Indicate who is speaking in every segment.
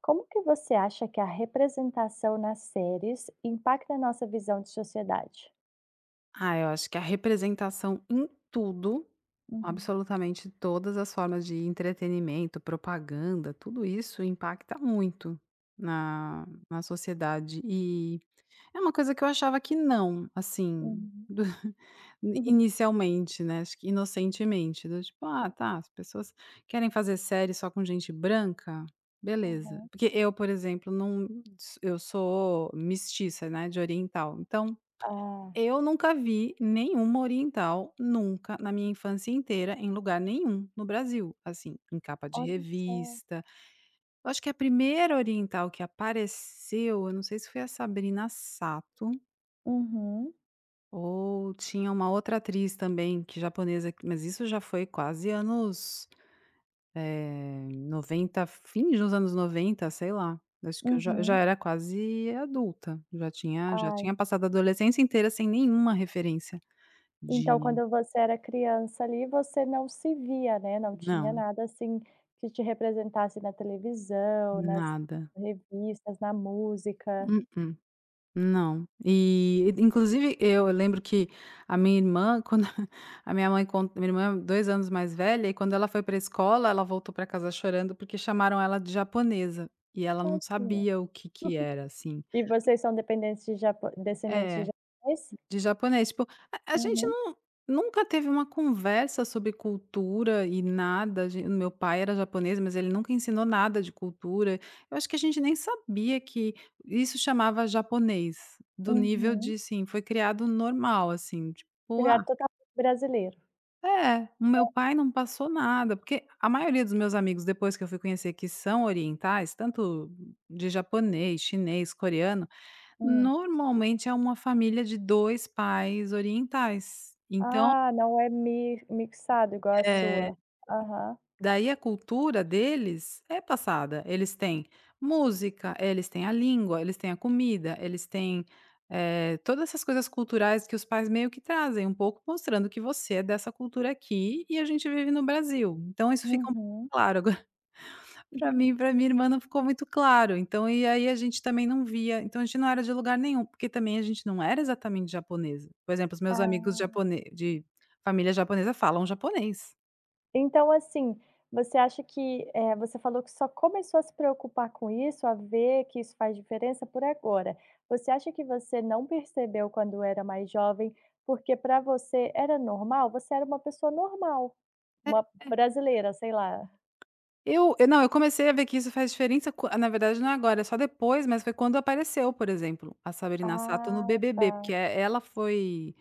Speaker 1: Como que você acha que a representação nas séries impacta a nossa visão de sociedade?
Speaker 2: Ah, eu acho que a representação em tudo,
Speaker 1: Uhum,
Speaker 2: absolutamente todas as formas de entretenimento, propaganda, tudo isso impacta muito na sociedade. E é uma coisa que eu achava que não, assim,
Speaker 1: uhum, uhum.
Speaker 2: inicialmente, né? Acho que inocentemente, do tipo, ah, tá, as pessoas querem fazer série só com gente branca. Beleza.
Speaker 1: Aham.
Speaker 2: Porque eu, por exemplo, não, eu sou mestiça, né, de oriental. Então,
Speaker 1: Ah,
Speaker 2: eu nunca vi nenhuma oriental, nunca, na minha infância inteira, em lugar nenhum no Brasil, assim, em capa de
Speaker 1: olha só.
Speaker 2: revista. Eu acho que a primeira oriental que apareceu, eu não sei se foi a Sabrina Sato
Speaker 1: Uhum,
Speaker 2: ou tinha uma outra atriz também, que japonesa, mas isso já foi quase anos 90, fim dos anos 90, sei lá. Acho que eu já
Speaker 1: uhum.
Speaker 2: era quase adulta, já tinha, já
Speaker 1: Ai,
Speaker 2: tinha passado a adolescência inteira sem nenhuma referência
Speaker 1: então
Speaker 2: de.
Speaker 1: quando você era criança ali, você não se via, né, não tinha
Speaker 2: Não.
Speaker 1: nada assim que te representasse na televisão, nas
Speaker 2: Nada.
Speaker 1: revistas, na música.
Speaker 2: Mm-mm, não. E, inclusive, eu lembro que a minha irmã, quando a minha mãe conta, minha irmã é 2 anos mais velha, e quando ela foi para a escola, ela voltou para casa chorando, porque chamaram ela de japonesa, e ela não
Speaker 1: Tadinha.
Speaker 2: sabia o que que era, assim.
Speaker 1: E vocês são dependentes de japo descendentes de
Speaker 2: É.
Speaker 1: japonês?
Speaker 2: De japonês, tipo, a gente
Speaker 1: Uhum,
Speaker 2: não nunca teve uma conversa sobre cultura e nada, a gen meu pai era japonês, mas ele nunca ensinou nada de cultura. Eu acho que a gente nem sabia que isso chamava japonês, do nível
Speaker 1: uhum.
Speaker 2: de, assim, foi criado normal, assim, tipo, ah
Speaker 1: Feriado totalmente brasileiro.
Speaker 2: é, o meu pai não passou nada, porque a maioria dos meus amigos, depois que eu fui conhecer, que são orientais, tanto de japonês, chinês, coreano.
Speaker 1: Hum.
Speaker 2: Normalmente é uma família de 2 pais orientais, então,
Speaker 1: Ah, não é mi mixado igual a
Speaker 2: eh,
Speaker 1: sua. Aham.
Speaker 2: daí a cultura deles é passada, eles têm música, eles têm a língua, eles têm a comida, eles têm, todas essas coisas culturais que os pais meio que trazem um pouco mostrando que você é dessa cultura aqui e a gente vive no Brasil, então isso fica um pouco
Speaker 1: Uhum.
Speaker 2: claro. Para mim, para minha irmã não ficou muito claro, então e aí a gente também não via, então a gente não era de lugar nenhum, porque também a gente não era exatamente japonesa. Por exemplo, os meus amigos
Speaker 1: Ah.
Speaker 2: japone de família japonesa falam japonês.
Speaker 1: Então, assim, você acha que, você falou que só começou a se preocupar com isso, a ver que isso faz diferença por agora. Você acha que você não percebeu quando era mais jovem, porque para você era normal? Você era uma pessoa normal, uma brasileira, sei lá.
Speaker 2: Eu não, eu comecei a ver que isso faz diferença quan na verdade não é agora, é só depois, mas foi quando apareceu, por exemplo, a Sabrina Sato no
Speaker 1: Ah,
Speaker 2: BBB,
Speaker 1: tá.
Speaker 2: porque ela foi,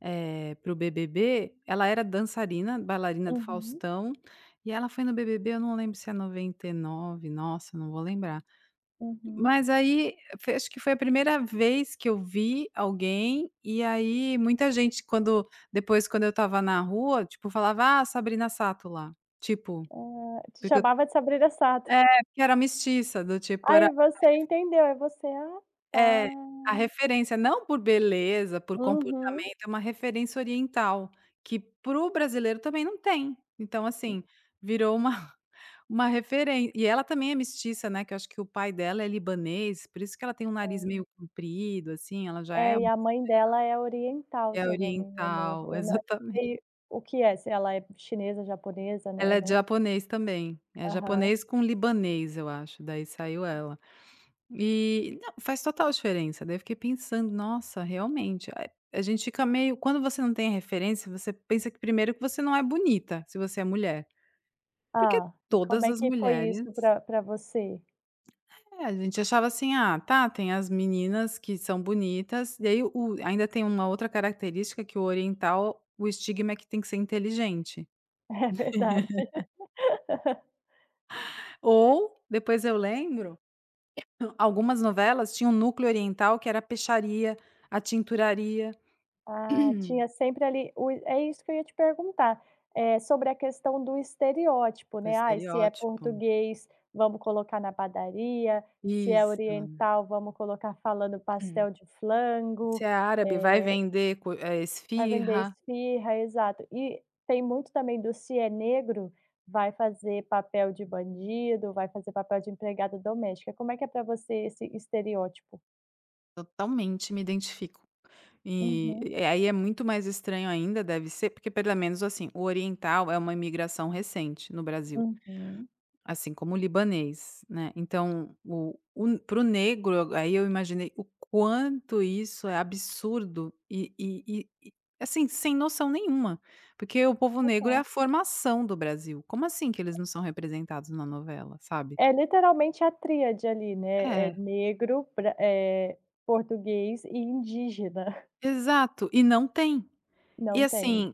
Speaker 2: para o BBB, ela era dançarina, bailarina do
Speaker 1: Uhum,
Speaker 2: Faustão, e ela foi no BBB, eu não lembro se é 99, nossa, não vou lembrar.
Speaker 1: uhum.
Speaker 2: Mas aí, foi, acho que foi a primeira vez que eu vi alguém, e aí muita gente quando depois quando eu estava na rua, tipo, falava: "Ah, Sabrina Sato lá", tipo,
Speaker 1: Ah, te
Speaker 2: porque eu
Speaker 1: chamava de Sabrina Sato.
Speaker 2: é, porque era mestiça, do tipo, era.
Speaker 1: Aí você entendeu, aí você: "Ah,
Speaker 2: É, a
Speaker 1: tá".
Speaker 2: referência, não por beleza, por
Speaker 1: Uhum.
Speaker 2: comportamento, é uma referência oriental, que para o brasileiro também não tem. Então, assim, virou uma uma referência, e ela também é mestiça, né, que eu acho que o pai dela é libanês, por isso que ela tem um nariz meio
Speaker 1: É.
Speaker 2: comprido, assim, ela já é
Speaker 1: É, e a mãe dela é oriental,
Speaker 2: é
Speaker 1: se eu não me engano.
Speaker 2: oriental,
Speaker 1: Eu não
Speaker 2: exatamente.
Speaker 1: sei o que é, se ela é chinesa, japonesa,
Speaker 2: Ela
Speaker 1: né,
Speaker 2: é
Speaker 1: não.
Speaker 2: japonês também, é
Speaker 1: Aham.
Speaker 2: japonês com libanês, eu acho, daí saiu ela. E não, faz total diferença. Daí eu fiquei pensando: "Nossa, realmente". A gente fica meio, quando você não tem referência, você pensa que primeiro que você não é bonita, se você é mulher. Porque
Speaker 1: Ah, e como
Speaker 2: todas
Speaker 1: é
Speaker 2: as
Speaker 1: que foi
Speaker 2: mulheres
Speaker 1: isso pra você?
Speaker 2: é, a gente achava assim: "Ah, tá, tem as meninas que são bonitas", e aí o ainda tem uma outra característica que o oriental, o estigma é que tem que ser inteligente.
Speaker 1: É verdade.
Speaker 2: Ou, depois eu lembro, algumas novelas tinham um núcleo oriental que era a peixaria, a tinturaria.
Speaker 1: Ah, tinha sempre ali o é isso que eu ia te perguntar, sobre a questão do estereótipo,
Speaker 2: Do
Speaker 1: né, Ah, se é
Speaker 2: estereótipo.
Speaker 1: português, vamos colocar na padaria, se é
Speaker 2: Isso.
Speaker 1: oriental, vamos colocar falando
Speaker 2: Hum.
Speaker 1: pastel de
Speaker 2: Se
Speaker 1: flango,
Speaker 2: é árabe, vai
Speaker 1: eh,
Speaker 2: vender co
Speaker 1: vai vender
Speaker 2: esfirra.
Speaker 1: esfirra", exato. E tem muito também do se é negro, vai fazer papel de bandido, vai fazer papel de empregada doméstica. Como é que é para você esse estereótipo?
Speaker 2: Totalmente me identifico. E
Speaker 1: Uhum,
Speaker 2: e aí é muito mais estranho ainda, deve ser, porque pelo menos, assim, o oriental é uma imigração recente no Brasil.
Speaker 1: uhum.
Speaker 2: Assim como o libanês, né, então o para o negro, aí eu imaginei o quanto isso é absurdo e assim, sem noção nenhuma, porque o povo negro é a formação do Brasil, como assim que eles não são representados na novela, sabe?
Speaker 1: É literalmente a tríade ali, né, é
Speaker 2: É,
Speaker 1: negro, português e indígena.
Speaker 2: exato, e não tem. E
Speaker 1: Não tem.
Speaker 2: assim.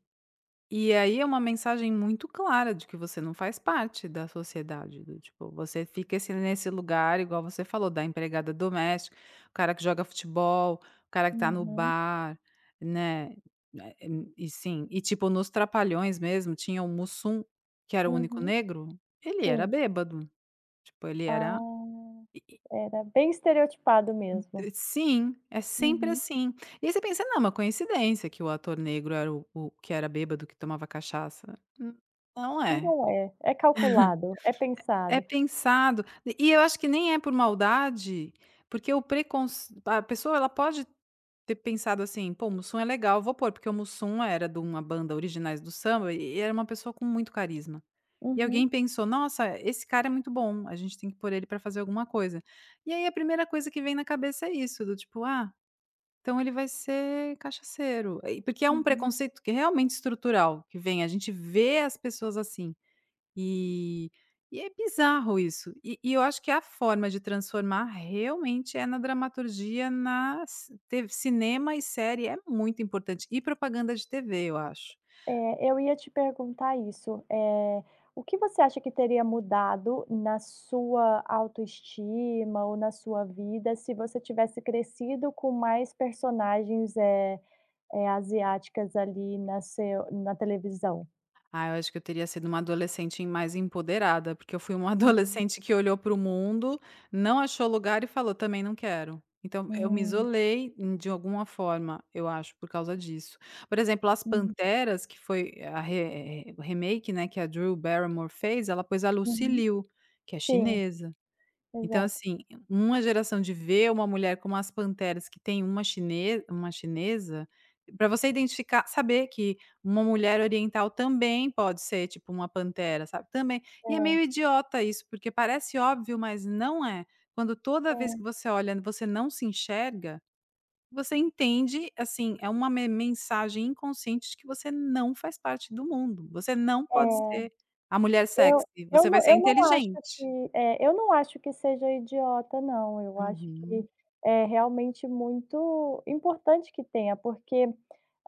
Speaker 2: E aí é uma mensagem muito clara de que você não faz parte da sociedade, do tipo, você fica esse nesse lugar, igual você falou, da empregada doméstica, o cara que joga futebol, o cara que tá no
Speaker 1: Uhum,
Speaker 2: bar, né, eh, e sim, e tipo nos Trapalhões mesmo tinha o Mussum, que era o único
Speaker 1: uhum,
Speaker 2: negro, ele era
Speaker 1: sim.
Speaker 2: bêbado, tipo ele era
Speaker 1: Ah,
Speaker 2: e
Speaker 1: era bem estereotipado mesmo.
Speaker 2: sim, é sempre
Speaker 1: Uhum.
Speaker 2: assim. E aí você pensa: "Não, é uma coincidência que o ator negro era o que era bêbado, que tomava cachaça". N não é.
Speaker 1: Não é, é calculado, é
Speaker 2: É
Speaker 1: pensado.
Speaker 2: pensado. E eu acho que nem é por maldade, porque o preconceito, a pessoa ela pode ter pensado assim: "Pô, o Mussum é legal, vou pôr", porque o Mussum era de uma banda Originais do Samba e era uma pessoa com muito carisma. E
Speaker 1: Uhum,
Speaker 2: alguém pensou: "Nossa, esse cara é muito bom, a gente tem que pôr ele pra fazer alguma coisa". E aí a primeira coisa que vem na cabeça é isso, do tipo: "Ah, então ele vai ser cachaceiro". E porque é um
Speaker 1: uhum.
Speaker 2: preconceito que é realmente estrutural que vem, a gente vê as pessoas assim. E e é bizarro isso. E eu acho que a forma de transformar realmente é na dramaturgia, na ci teve cinema e série é muito importante, e propaganda de TV, eu acho.
Speaker 1: É, eu ia te perguntar isso. O que você acha que teria mudado na sua autoestima ou na sua vida se você tivesse crescido com mais personagens, asiáticas ali na televisão?
Speaker 2: Ah, eu acho que eu teria sido uma adolescente mais empoderada, porque eu fui uma
Speaker 1: Uhum.
Speaker 2: adolescente que olhou para o mundo, não achou lugar e falou: "Também não quero". Então eu me
Speaker 1: Hum.
Speaker 2: isolei, em de alguma forma, eu acho, por causa disso. Por exemplo, As
Speaker 1: Uhum.
Speaker 2: Panteras, que foi a re o remake, né, que a Drew Barrymore fez, ela pôs a Lucy
Speaker 1: Uhum.
Speaker 2: Liu, que é
Speaker 1: Sim,
Speaker 2: chinesa. Então,
Speaker 1: exato.
Speaker 2: assim, uma geração de ver uma mulher como as Panteras, que tem uma chinesa, para você identificar, saber que uma mulher oriental também pode ser, tipo, uma Pantera, sabe, também. E é
Speaker 1: É,
Speaker 2: meio idiota isso, porque parece óbvio, mas não é. Quando toda
Speaker 1: é,
Speaker 2: vez que você olha, você não se enxerga, você entende, assim, é uma me mensagem inconsciente de que você não faz parte do mundo. Você não pode ser
Speaker 1: é.
Speaker 2: a mulher
Speaker 1: Eu
Speaker 2: sexy,
Speaker 1: eu
Speaker 2: você vai
Speaker 1: não
Speaker 2: ser
Speaker 1: eu não acho
Speaker 2: inteligente.
Speaker 1: eu não acho que seja idiota não, eu acho
Speaker 2: Uhum.
Speaker 1: que é realmente muito importante que tenha, porque,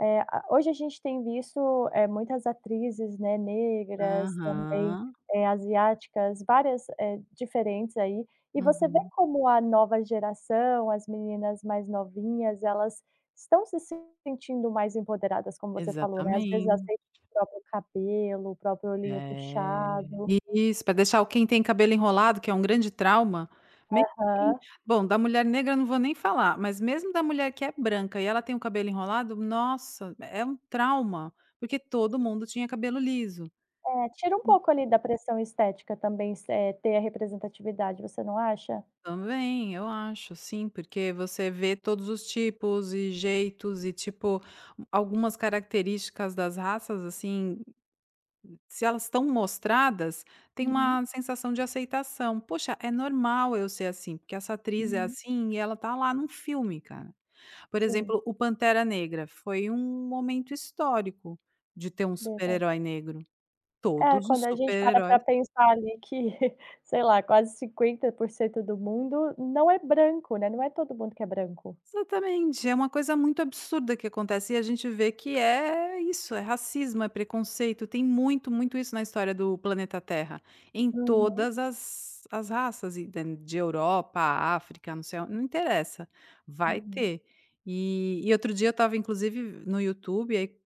Speaker 1: a hoje a gente tem visto, muitas atrizes, né, negras, também,
Speaker 2: Aham.
Speaker 1: asiáticas, várias, diferentes aí, e você vê
Speaker 2: Uhum.
Speaker 1: como a nova geração, as meninas mais novinhas, elas estão se sentindo mais empoderadas, como você falou, né, às vezes
Speaker 2: Exatamen.
Speaker 1: aceitam próprio cabelo, o próprio olhinho
Speaker 2: É.
Speaker 1: puxado.
Speaker 2: Isso, para deixar, o quem tem cabelo enrolado, que é um grande trauma, mesmo quem,
Speaker 1: Aham.
Speaker 2: bom, da mulher negra não vou nem falar, mas mesmo da mulher que é branca e ela tem o cabelo enrolado, nossa, é um trauma, porque todo mundo tinha cabelo liso.
Speaker 1: É, tira um pouco ali da pressão estética também se eh, ter a representatividade, você não acha?
Speaker 2: Também, eu acho, sim, porque você vê todos os tipos e jeitos e, tipo, algumas características das raças, assim. Se elas estão mostradas, tem
Speaker 1: Uhum,
Speaker 2: uma sensação de aceitação. "Poxa, é normal eu ser assim, porque essa atriz é
Speaker 1: uhum.
Speaker 2: assim e ela tá lá num filme, cara". Por
Speaker 1: Sim,
Speaker 2: exemplo, o Pantera Negra foi um momento histórico de ter um
Speaker 1: verdade.
Speaker 2: super-herói negro.
Speaker 1: É,
Speaker 2: Todos os
Speaker 1: quando a gente para
Speaker 2: super-heróis.
Speaker 1: pensar ali que, sei lá, quase 50% do mundo não é branco, né, não é todo mundo que é branco.
Speaker 2: Exatamente, é uma coisa muito absurda que acontece e a gente vê que é isso, é racismo, é preconceito, tem muito, muito isso na história do planeta Terra, em
Speaker 1: Uhum,
Speaker 2: todas as, as raças, e de Europa, África, não sei, não interessa, vai
Speaker 1: uhum.
Speaker 2: ter. E outro dia eu estava, inclusive, no YouTube, aí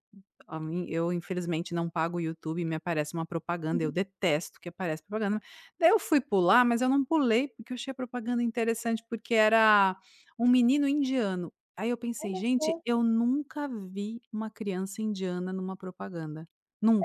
Speaker 2: eu infelizmente não pago o YouTube, me aparece uma propaganda, eu
Speaker 1: Uhum.
Speaker 2: detesto que aparece propaganda. Daí eu fui pular, mas eu não pulei porque eu achei a propaganda interessante, porque era um menino indiano. Aí eu pensei:
Speaker 1: Olha
Speaker 2: "Gente,
Speaker 1: só,
Speaker 2: eu nunca vi uma criança indiana numa propaganda,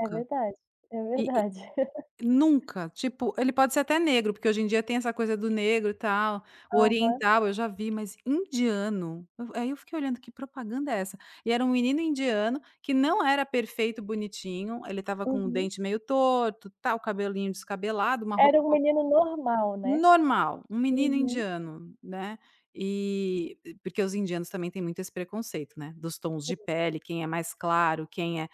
Speaker 1: é verdade, é
Speaker 2: e
Speaker 1: verdade.
Speaker 2: nunca". Tipo, ele pode ser até negro, porque hoje em dia tem essa coisa do negro e tal, o
Speaker 1: Aham,
Speaker 2: oriental eu já vi, mas indiano, eu, aí eu fiquei olhando: "Que propaganda é essa?". E era um menino indiano que não era perfeito, bonitinho, ele estava com o
Speaker 1: Uhum.
Speaker 2: dente meio torto, tal, cabelinho descabelado, uma
Speaker 1: Era
Speaker 2: roupa.
Speaker 1: um menino normal, né?
Speaker 2: Normal, um menino
Speaker 1: Uhum.
Speaker 2: indiano, né, e porque os indianos também têm muito esse preconceito, né, dos tons de pele, quem é mais claro, quem é,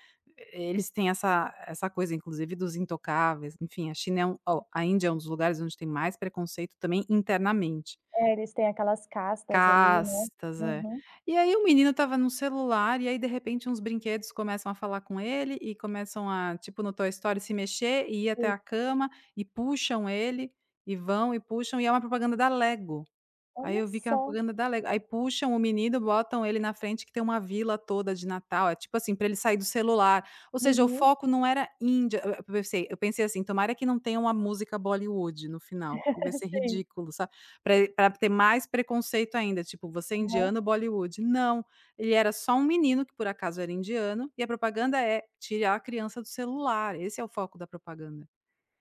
Speaker 2: eles têm essa coisa inclusive dos intocáveis, enfim, a China é um ó, a Índia é um dos lugares onde tem mais preconceito também internamente.
Speaker 1: É, eles têm aquelas castas ali, né.
Speaker 2: Castas, é.
Speaker 1: Uhum.
Speaker 2: E aí o menino estava no celular, e aí de repente uns brinquedos começam a falar com ele e começam a, tipo no Toy Story, se mexer e ir até
Speaker 1: Sim.
Speaker 2: a cama e puxam ele, e vão e puxam, e é uma propaganda da Lego. Aí
Speaker 1: Olha
Speaker 2: eu vi que era uma
Speaker 1: só.
Speaker 2: propaganda da Lego, aí puxam o menino, botam ele na frente que tem uma vila toda de Natal, é tipo assim, para ele sair do celular, ou seja, o
Speaker 1: Uhum.
Speaker 2: foco não era Índia, eu pensei assim: "Tomara que não tenha uma música Bollywood no final, porque vai ser
Speaker 1: Sim.
Speaker 2: ridículo", sabe. Para ter mais preconceito ainda, tipo: "Você é
Speaker 1: Aham.
Speaker 2: indiano, Bollywood". Não, ele era só um menino que por acaso era indiano, e a propaganda é: "Tirar a criança do celular", esse é o foco da propaganda.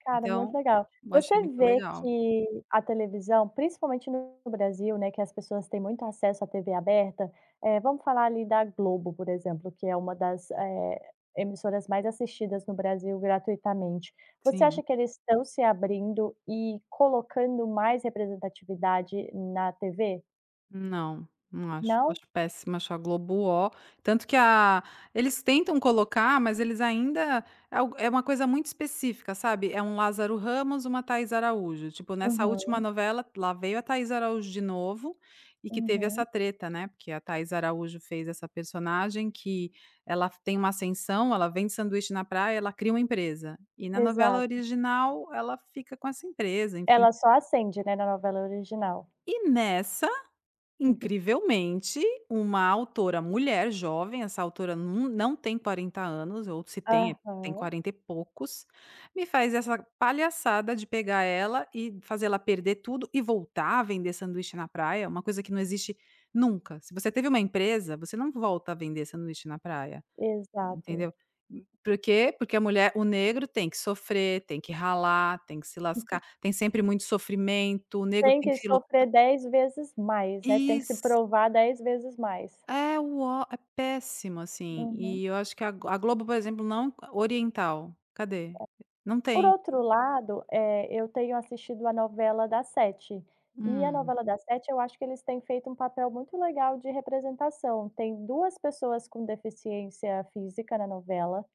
Speaker 1: Cara, muito
Speaker 2: Então,
Speaker 1: legal.
Speaker 2: eu achei
Speaker 1: Você
Speaker 2: muito
Speaker 1: vê
Speaker 2: legal.
Speaker 1: que a televisão, principalmente no Brasil, né, que as pessoas têm muito acesso à TV aberta, vamos falar ali da Globo, por exemplo, que é uma das, emissoras mais assistidas no Brasil gratuitamente. Você
Speaker 2: Sim.
Speaker 1: acha que eles estão se abrindo e colocando mais representatividade na TV?
Speaker 2: Não, não acho. Acho
Speaker 1: Não?
Speaker 2: péssimo, acho a Globo ó. Tanto que a eles tentam colocar, mas eles ainda é algo é uma coisa muito específica, sabe, é um Lázaro Ramos, uma Thaís Araújo, tipo, nessa última
Speaker 1: Uhum,
Speaker 2: novela, lá veio a Thaís Araújo de novo, e que teve essa
Speaker 1: uhum.
Speaker 2: treta, né, porque a Thaís Araújo fez essa personagem que ela tem uma ascensão, ela vende sanduíche na praia, ela cria uma empresa, e na novela
Speaker 1: Exato.
Speaker 2: original ela fica com essa empresa, enfim.
Speaker 1: Ela só acende, né, na novela original.
Speaker 2: E nessa Incrivelmente, uma autora mulher jovem, essa autora não tem 40 anos, ou se tem, é,
Speaker 1: Aham,
Speaker 2: tem 40 e poucos, me faz essa palhaçada de pegar ela e fazer ela perder tudo e voltar a vender sanduíche na praia, uma coisa que não existe nunca. Se você teve uma empresa, você não volta a vender sanduíche na praia,
Speaker 1: exato.
Speaker 2: entendeu? Por quê? Porque a mulher, o negro tem que sofrer, tem que ralar, tem que se lascar, tem sempre muito sofrimento, o negro
Speaker 1: Tem
Speaker 2: tem
Speaker 1: que
Speaker 2: que
Speaker 1: sofrer
Speaker 2: lutar.
Speaker 1: 10 vezes mais, né, tem que se provar 10 vezes mais.
Speaker 2: É o ó, é péssimo, assim,
Speaker 1: Uhum.
Speaker 2: e eu acho que a Globo, por exemplo, não oriental, cadê? Não
Speaker 1: Por
Speaker 2: tem.
Speaker 1: outro lado, eu tenho assistido a novela das 7 e a
Speaker 2: Hum,
Speaker 1: novela das 7 eu acho que eles têm feito um papel muito legal de representação. Tem 2 pessoas com deficiência física na novela,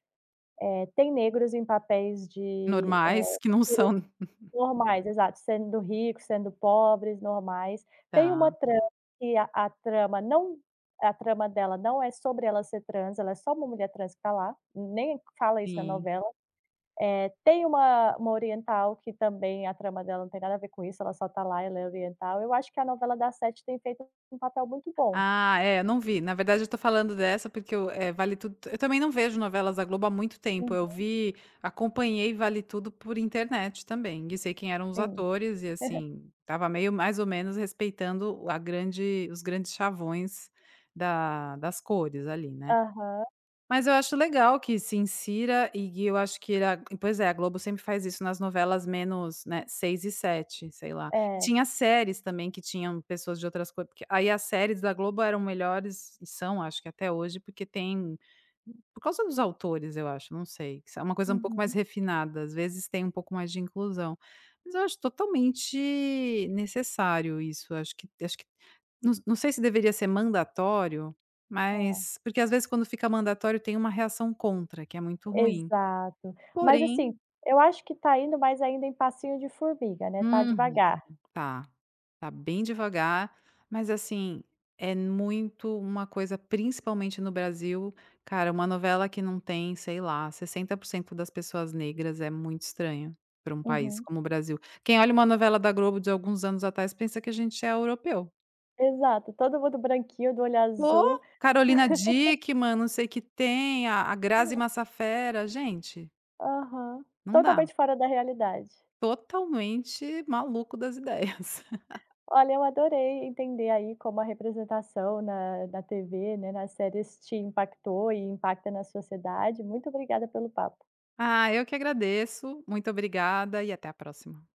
Speaker 1: tem negros em papéis de,
Speaker 2: normais que não são,
Speaker 1: Normais, exato, sendo ricos, sendo pobres, normais. Tem
Speaker 2: tá,
Speaker 1: uma trama que a trama dela não é sobre ela ser trans, ela é só uma mulher trans que está lá, nem fala isso na
Speaker 2: sim.
Speaker 1: novela. Tem uma oriental que também a trama dela não tem nada a ver com isso, ela só está lá, ela é oriental. Eu acho que a novela das sete tem feito um papel muito bom.
Speaker 2: Ah, é, não vi. Na verdade eu tô falando dessa porque eu, Vale Tudo, eu também não vejo novelas da Globo há muito tempo,
Speaker 1: Hum,
Speaker 2: eu vi acompanhei Vale Tudo por internet também, e sei quem eram os
Speaker 1: sim.
Speaker 2: atores e, assim, tava meio mais ou menos respeitando a grande os grandes chavões da das cores ali, né.
Speaker 1: Aham,
Speaker 2: Mas eu acho legal que se insira, e que eu acho que era, pois é, a Globo sempre faz isso nas novelas menos, né, 6 e sete, sei lá. E
Speaker 1: é.
Speaker 2: tinha séries também que tinham pessoas de outras cor, porque aí as séries da Globo eram melhores e são, acho que até hoje, porque tem, por causa dos autores, eu acho, não sei, é uma coisa um pouco mais
Speaker 1: Uhum.
Speaker 2: refinada, às vezes tem um pouco mais de inclusão. Mas eu acho totalmente necessário isso, acho que não sei se deveria ser mandatório,
Speaker 1: É.
Speaker 2: mas porque às vezes quando fica mandatório tem uma reação contra, que é muito ruim.
Speaker 1: Exato. Mas
Speaker 2: Porém,
Speaker 1: assim, eu acho que tá indo mais ainda em passinho de formiga, né, tá
Speaker 2: uhum,
Speaker 1: devagar.
Speaker 2: tá. Tá bem devagar, mas assim, é muito uma coisa principalmente no Brasil, cara, uma novela que não tem, sei lá, 60% das pessoas negras é muito estranho para um país
Speaker 1: Uhum.
Speaker 2: como o Brasil. Quem olha uma novela da Globo de alguns anos atrás pensa que a gente é europeu.
Speaker 1: Exato, todo mundo branquinho, do olho
Speaker 2: Ô,
Speaker 1: azul.
Speaker 2: Carolina Dickmann, não sei o que tem, a Grazi
Speaker 1: É.
Speaker 2: Massafera, gente,
Speaker 1: Aham.
Speaker 2: não dá,
Speaker 1: Totalmente fora da realidade.
Speaker 2: totalmente maluco das ideias.
Speaker 1: Olha, eu adorei entender aí como a representação na TV, né, nas séries te impactou e impacta na sociedade. Muito obrigada pelo papo.
Speaker 2: Ah, eu que agradeço, muito obrigada e até a próxima.